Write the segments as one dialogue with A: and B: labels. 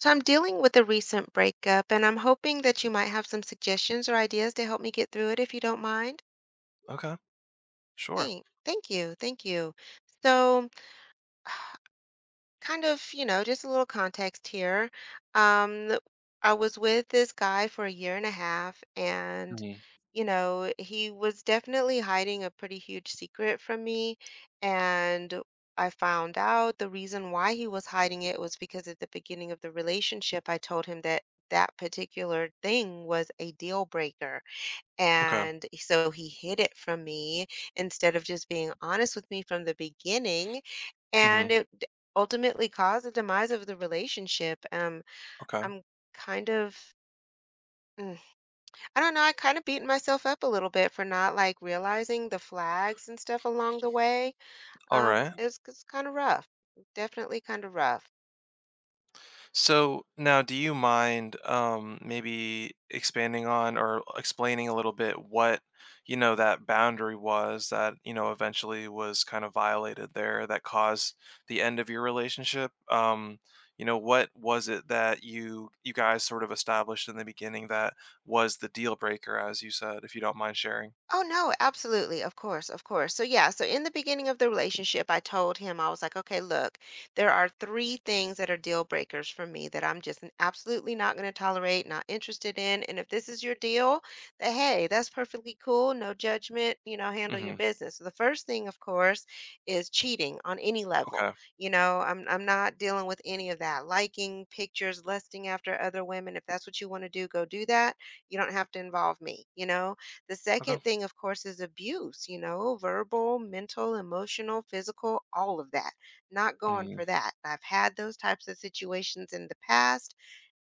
A: So I'm dealing with a recent breakup, and I'm hoping that you might have some suggestions or ideas to help me get through it if you don't mind.
B: Okay. Sure.
A: Thank you, thank you. So kind of, you know, just a little context here. Um, I was with this guy for a year and a half, and,
B: Mhm.
A: you know, he was definitely hiding a pretty huge secret from me. And I found out the reason why he was hiding it was because at the beginning of the relationship, I told him that that particular thing was a deal breaker.
B: Okay.
A: And so he hid it from me instead of just being honest with me from the beginning.
B: hmm
A: And it d- Ultimately caused the demise of the relationship.
B: Okay.
A: I'm kind of, mm, I don't know, I kind of beaten myself up a little bit for not like realizing the flags and stuff along the way.
B: All right.
A: It's kind of rough. Definitely kind of rough.
B: So now, do you mind maybe expanding on or explaining a little bit what that boundary was that eventually was kind of violated there that caused the end of your relationship? What was it that you guys sort of established in the beginning that was the deal breaker, as you said, if you don't mind sharing?
A: Oh, no, absolutely. Of course, of course. So, yeah, so in the beginning of the relationship, I told him, I was like, okay, look, there are three things that are deal breakers for me that I'm just absolutely not going to tolerate, not interested in. And if this is your deal, then hey, that's perfectly cool. No judgment, you know, handle your
B: hmm
A: business. So the first thing, of course, is cheating on any level.
B: Okay.
A: I'm not dealing with any of that. Liking pictures, lusting after other women. If that's what you want to do, go do that. You don't have to involve me, you know? The second
B: Okay.
A: thing, of course, is abuse, you know, verbal, mental, emotional, physical, all of that. Not going
B: hmm
A: for that. I've had those types of situations in the past,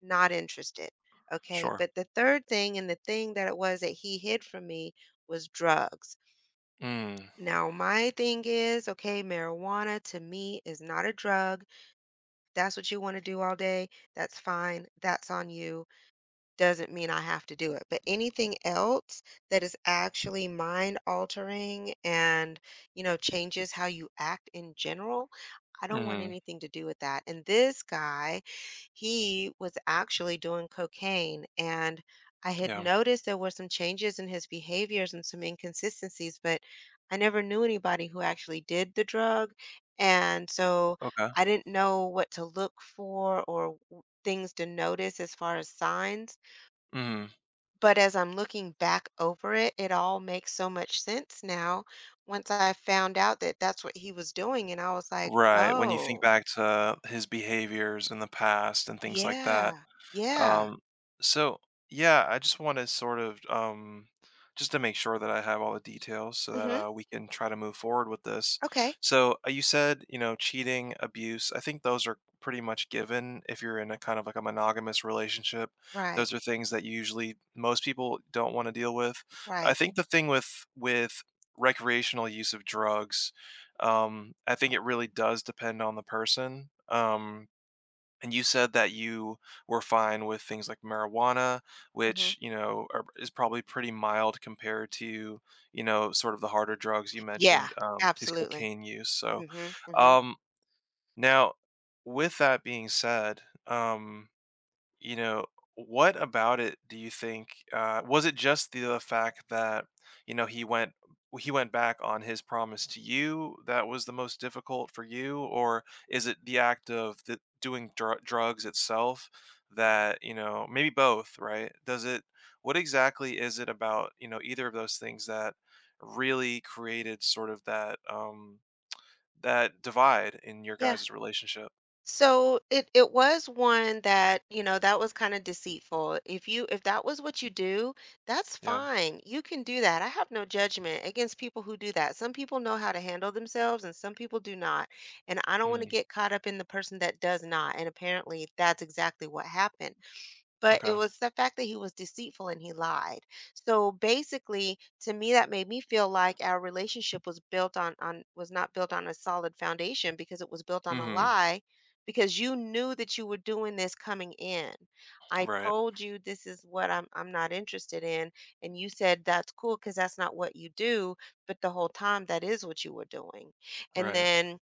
A: not interested. Okay.
B: Sure.
A: But the third thing, and the thing that it was that he hid from me, was drugs.
B: Mm.
A: Now, my thing is, okay, marijuana to me is not a drug. That's what you want to do all day. That's fine. That's on you doesn't mean I have to do it. But anything else that is actually mind altering and, you know, changes how you act in general, I don't want
B: Mm-hmm.
A: anything to do with that. And this guy, he was actually doing cocaine and I had
B: Yeah.
A: noticed there were some changes in his behaviors and some inconsistencies, but I never knew anybody who actually did the drug. And so
B: Okay.
A: I didn't know what to look for or things to notice as far as signs.
B: Mhm.
A: But as I'm looking back over it, it all makes so much sense now once I found out that that's what he was doing, and I was like,
B: Right, when you think
A: "Oh,
B: back to his behaviors in the past and things like that.
A: yeah, yeah,
B: Um, so yeah, I just want to sort of just to make sure that I have all the details so that
A: mhm,
B: we can try to move forward with this.
A: okay,
B: So you said cheating, abuse. I think those are pretty much given if you're in a kind of like a monogamous relationship.
A: right,
B: Those are things that usually most people don't want to deal with. I
A: right,
B: think the thing with recreational use of drugs, I think it really does depend on the person. And you said that you were fine with things like marijuana,
A: mhm,
B: which, you know, are, is probably pretty mild compared to, you know, sort of the harder drugs you
A: yeah,
B: mentioned, his
A: absolutely,
B: cocaine use. So,
A: mhm, mhm,
B: um, now, with that being said, um, you know, what about it do you think was it just the fact that you know he went he went back on his promise to you that was the most difficult for you, or is it the act of the, doing drugs itself that maybe both, right? Does it what exactly is it about either of those things that really created sort of that that divide in your
A: yeah."
B: guys' relationship?
A: So it was one that, you know, that was kind of deceitful. If that was what you do, that's
B: Yeah.
A: fine. You can do that. I have no judgment against people who do that. Some people know how to handle themselves and some people do not. And I don't want to
B: hmm
A: get caught up in the person that does not. And apparently that's exactly what happened. But it
B: Okay.
A: was the fact that he was deceitful and he lied. So basically, to me, that made me feel like our relationship was not built on a solid foundation because it was built on a
B: hmm
A: lie because you knew that you were doing this coming in. I
B: Right.
A: told you this is what I'm not interested in and you said that's cool cuz that's not what you do, but the whole time that is what you were doing. And
B: Right.
A: then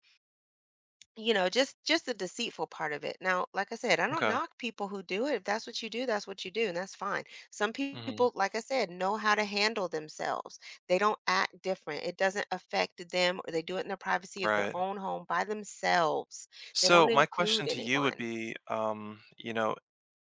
A: you know, just the deceitful part of it. Now, like I said, I don't
B: Okay.
A: knock people who do it. If that's what you do, that's what you do, and that's fine. Some
B: hmm
A: people, like I said, know how to handle themselves. They don't act different. It doesn't affect them, or they do it in the privacy of their
B: Right.
A: own home by themselves. They don't
B: So my
A: include
B: question to you would
A: anyone.
B: be, you know,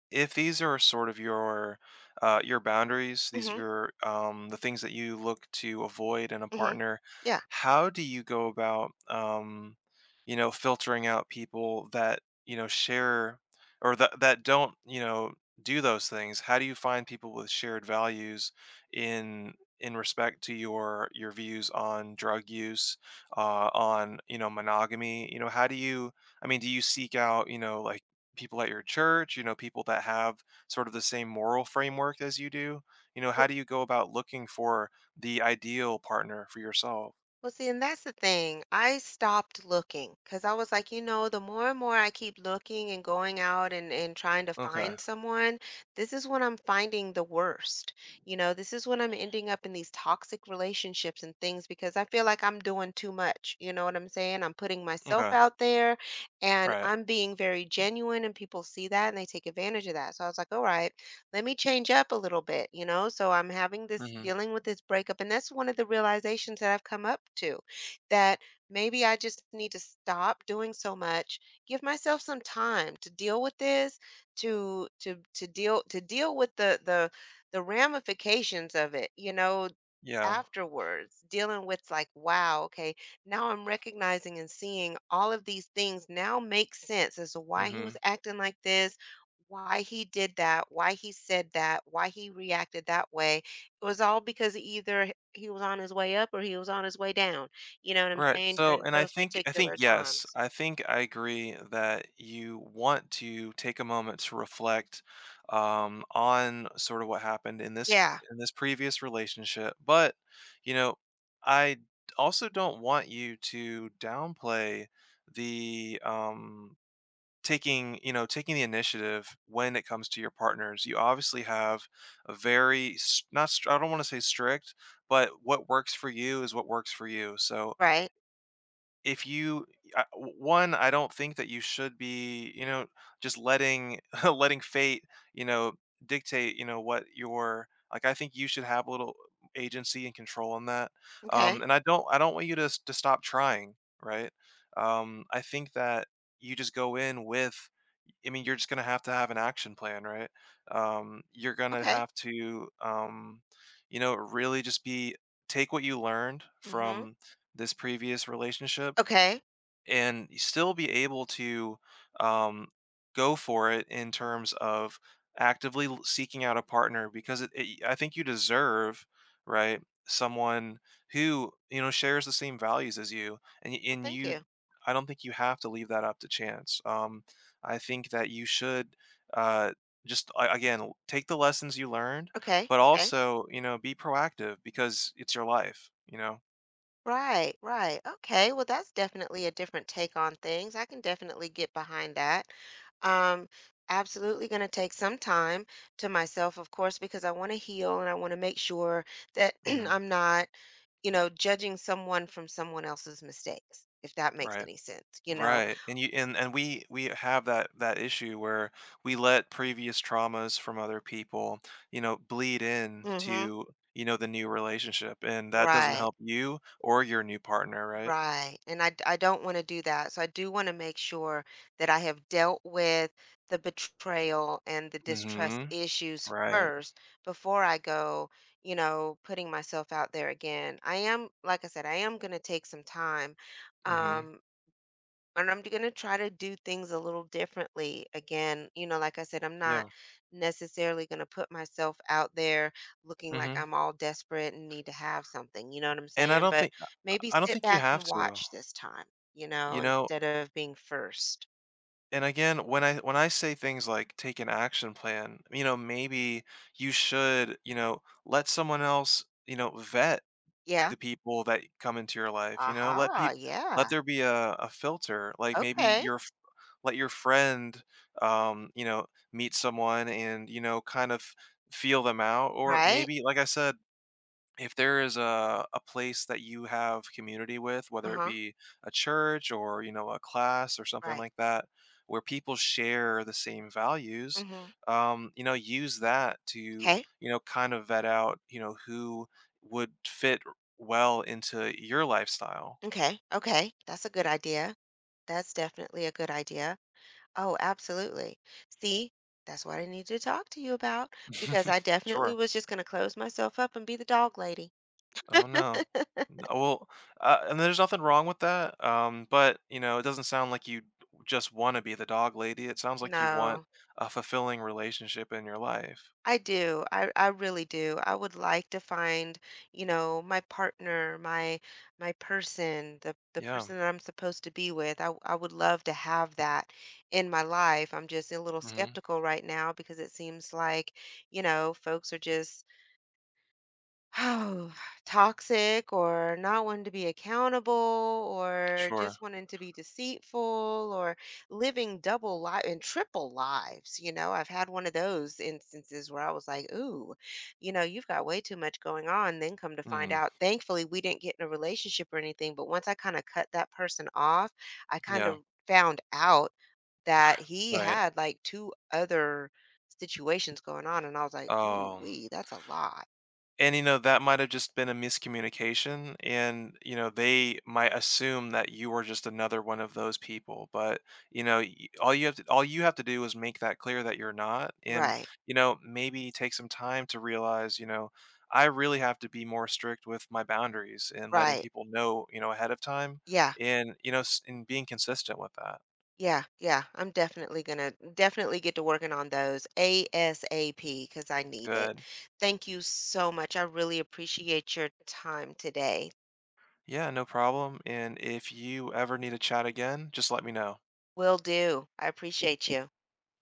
B: if these are sort of your boundaries, these are
A: hmm
B: your the things that you look to avoid in a
A: hmm
B: partner.
A: Yeah.
B: How do you go about filtering out people that share or that don't do those things? How do you find people with shared values in in respect to your views on drug use, on monogamy? You know how do you? I mean, do you seek out like people at your church, you know, people that have sort of the same moral framework as you do? You know, how do you go about looking for the ideal partner for yourself?
A: Well, see, and that's the thing. I stopped looking because I was like, you know, the more and more I keep looking and going out and trying to
B: Okay.
A: find someone, this is when I'm finding the worst. You know, this is when I'm ending up in these toxic relationships and things because I feel like I'm doing too much. You know what I'm saying? I'm putting myself
B: Okay.
A: out there and
B: Right.
A: I'm being very genuine, and people see that and they take advantage of that. So I was like, all right, let me change up a little bit, you know? So I'm having this
B: Mhm.
A: dealing with this breakup. And that's one of the realizations that I've come up to that maybe I just need to stop doing so much, give myself some time to deal with this, to deal with the ramifications of it, you know,
B: Yeah.
A: afterwards dealing with like, wow, okay, now I'm recognizing and seeing all of these things now make sense as to why he was
B: Mhm.
A: acting like this, why he did that, why he said that, why he reacted that way. It was all because either he was on his way up or he was on his way down. You know what I'm
B: Right.
A: saying?
B: So,
A: During
B: and I
A: those
B: think I
A: particular
B: think yes,
A: times.
B: I think I agree that you want to take a moment to reflect on sort of what happened in this
A: Yeah.
B: in this previous relationship. But you know, I also don't want you to downplay the taking taking the initiative when it comes to your partners. You obviously have a very not I don't want to say strict, but what works for you is what works for you. So
A: Right.
B: if you I- w- one I don't think that you should be just letting letting fate you know dictate what your like I think you should have a little agency and control in that
A: Okay.
B: and i don't want you to to stop trying, right. I think that you just go in with I mean you're just going to have an action plan, right. You're going to
A: Okay.
B: have to really just be take what you learned
A: Mm-hmm.
B: from this previous relationship
A: Okay.
B: and still be able to um, go for it in terms of actively seeking out a partner because I think you deserve, right? Someone who shares the same values as you, and
A: Well,
B: and
A: thank
B: you,
A: you.
B: I don't think you have to leave that up to chance. I think that you should uh, just again take the lessons you learned,
A: Okay.
B: but
A: Okay.
B: also be proactive because it's your life. You know.
A: Right, right. Okay. Well, that's definitely a different take on things. I can definitely get behind that. Um, Absolutely going to take some time to myself, of course, because I want to heal and I want to make sure that
B: hmm
A: I'm not, you know, judging someone from someone else's mistakes, if that makes
B: right.
A: any sense, you know.
B: Right, and you and and we have that issue where we let previous traumas from other people, you know, bleed in
A: Mm-hmm.
B: to, you know, the new relationship, and that doesn't
A: Right.
B: help you or your new partner, right?
A: Right. I don't want to do that. So I do want to make sure that I have dealt with the betrayal and the distrust
B: Mhm.
A: issues
B: Right.
A: first before I go, you know, putting myself out there again. I am, like I said, I am going to take some time.
B: Mhm.
A: Um, and I'm going to try to do things a little differently. Again, you know, like I said, I'm not
B: Yeah.
A: necessarily going to put myself out there looking like
B: Mhm.
A: I'm all desperate and need to have something. You know what I'm
B: And I
A: saying?
B: don't
A: But
B: think
A: maybe
B: I don't
A: sit
B: think you
A: back
B: have
A: and
B: to,
A: watch this time, you know,
B: you know?
A: instead of being first.
B: And again, when I say things like take an action plan, you know, maybe you should, you know, let someone else, you know, vet
A: Yeah.
B: the people that come into your life, you know? Let
A: Aha.
B: people, let
A: Yeah.
B: there be a filter, like, maybe
A: Okay.
B: your f let your friend, you know, meet someone and, you know, kind of feel them out, or
A: Right.
B: maybe, like I said, if there is a place that you have community with,
A: Uh
B: whether it
A: huh.
B: be a church or a class or something
A: Right.
B: like that, where people share the same values,
A: Mm-hmm.
B: you know, use that to
A: Okay.
B: kind of vet out who would fit well into your lifestyle.
A: Okay. Okay. That's a good idea. That's definitely a good idea. Oh, absolutely. See, that's what I need to talk to you about because I definitely
B: Sure.
A: was just going to close myself up and be the dog lady.
B: Oh, no. N well, and there's nothing wrong with that, but, you know, it doesn't sound like you just wanna be the dog lady, it sounds like you want
A: No,
B: a fulfilling relationship in your life.
A: I do. I really do. I would like to find, you know, my partner, my person, the
B: Yeah.
A: person that I'm supposed to be with. I would love to have that in my life. I'm just a little
B: Mhm.
A: skeptical right now because it seems like, you know, folks are just, oh, toxic or not wanting to be accountable or
B: Sure.
A: just wanting to be deceitful or living double life and triple lives. You know, I've had one of those instances where I was like, ooh, you know, you've got way too much going on. Then come to find
B: Mhm.
A: out, thankfully, we didn't get in a relationship or anything. But once I kind of cut that person off, I kind
B: Yeah.
A: of found out that he
B: Right.
A: had like two other situations going on. And I was like, ooh,
B: Oh.
A: wee, that's a lot.
B: And that might have just been a miscommunication and they might assume that you were just another one of those people but all you have to all you have to do is make that clear that you're not. And
A: Right.
B: maybe take some time to realize, I really have to be more strict with my boundaries and letting
A: Right.
B: people know, ahead of time.
A: Yeah.
B: And and being consistent with that.
A: Yeah. Yeah. I'm definitely gonna definitely get to working on those ASAP because I need it.
B: Good.
A: Thank you so much. I really appreciate your time today.
B: Yeah, no problem, and if you ever need to chat again just let me know.
A: Will do. I appreciate you.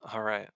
B: All right.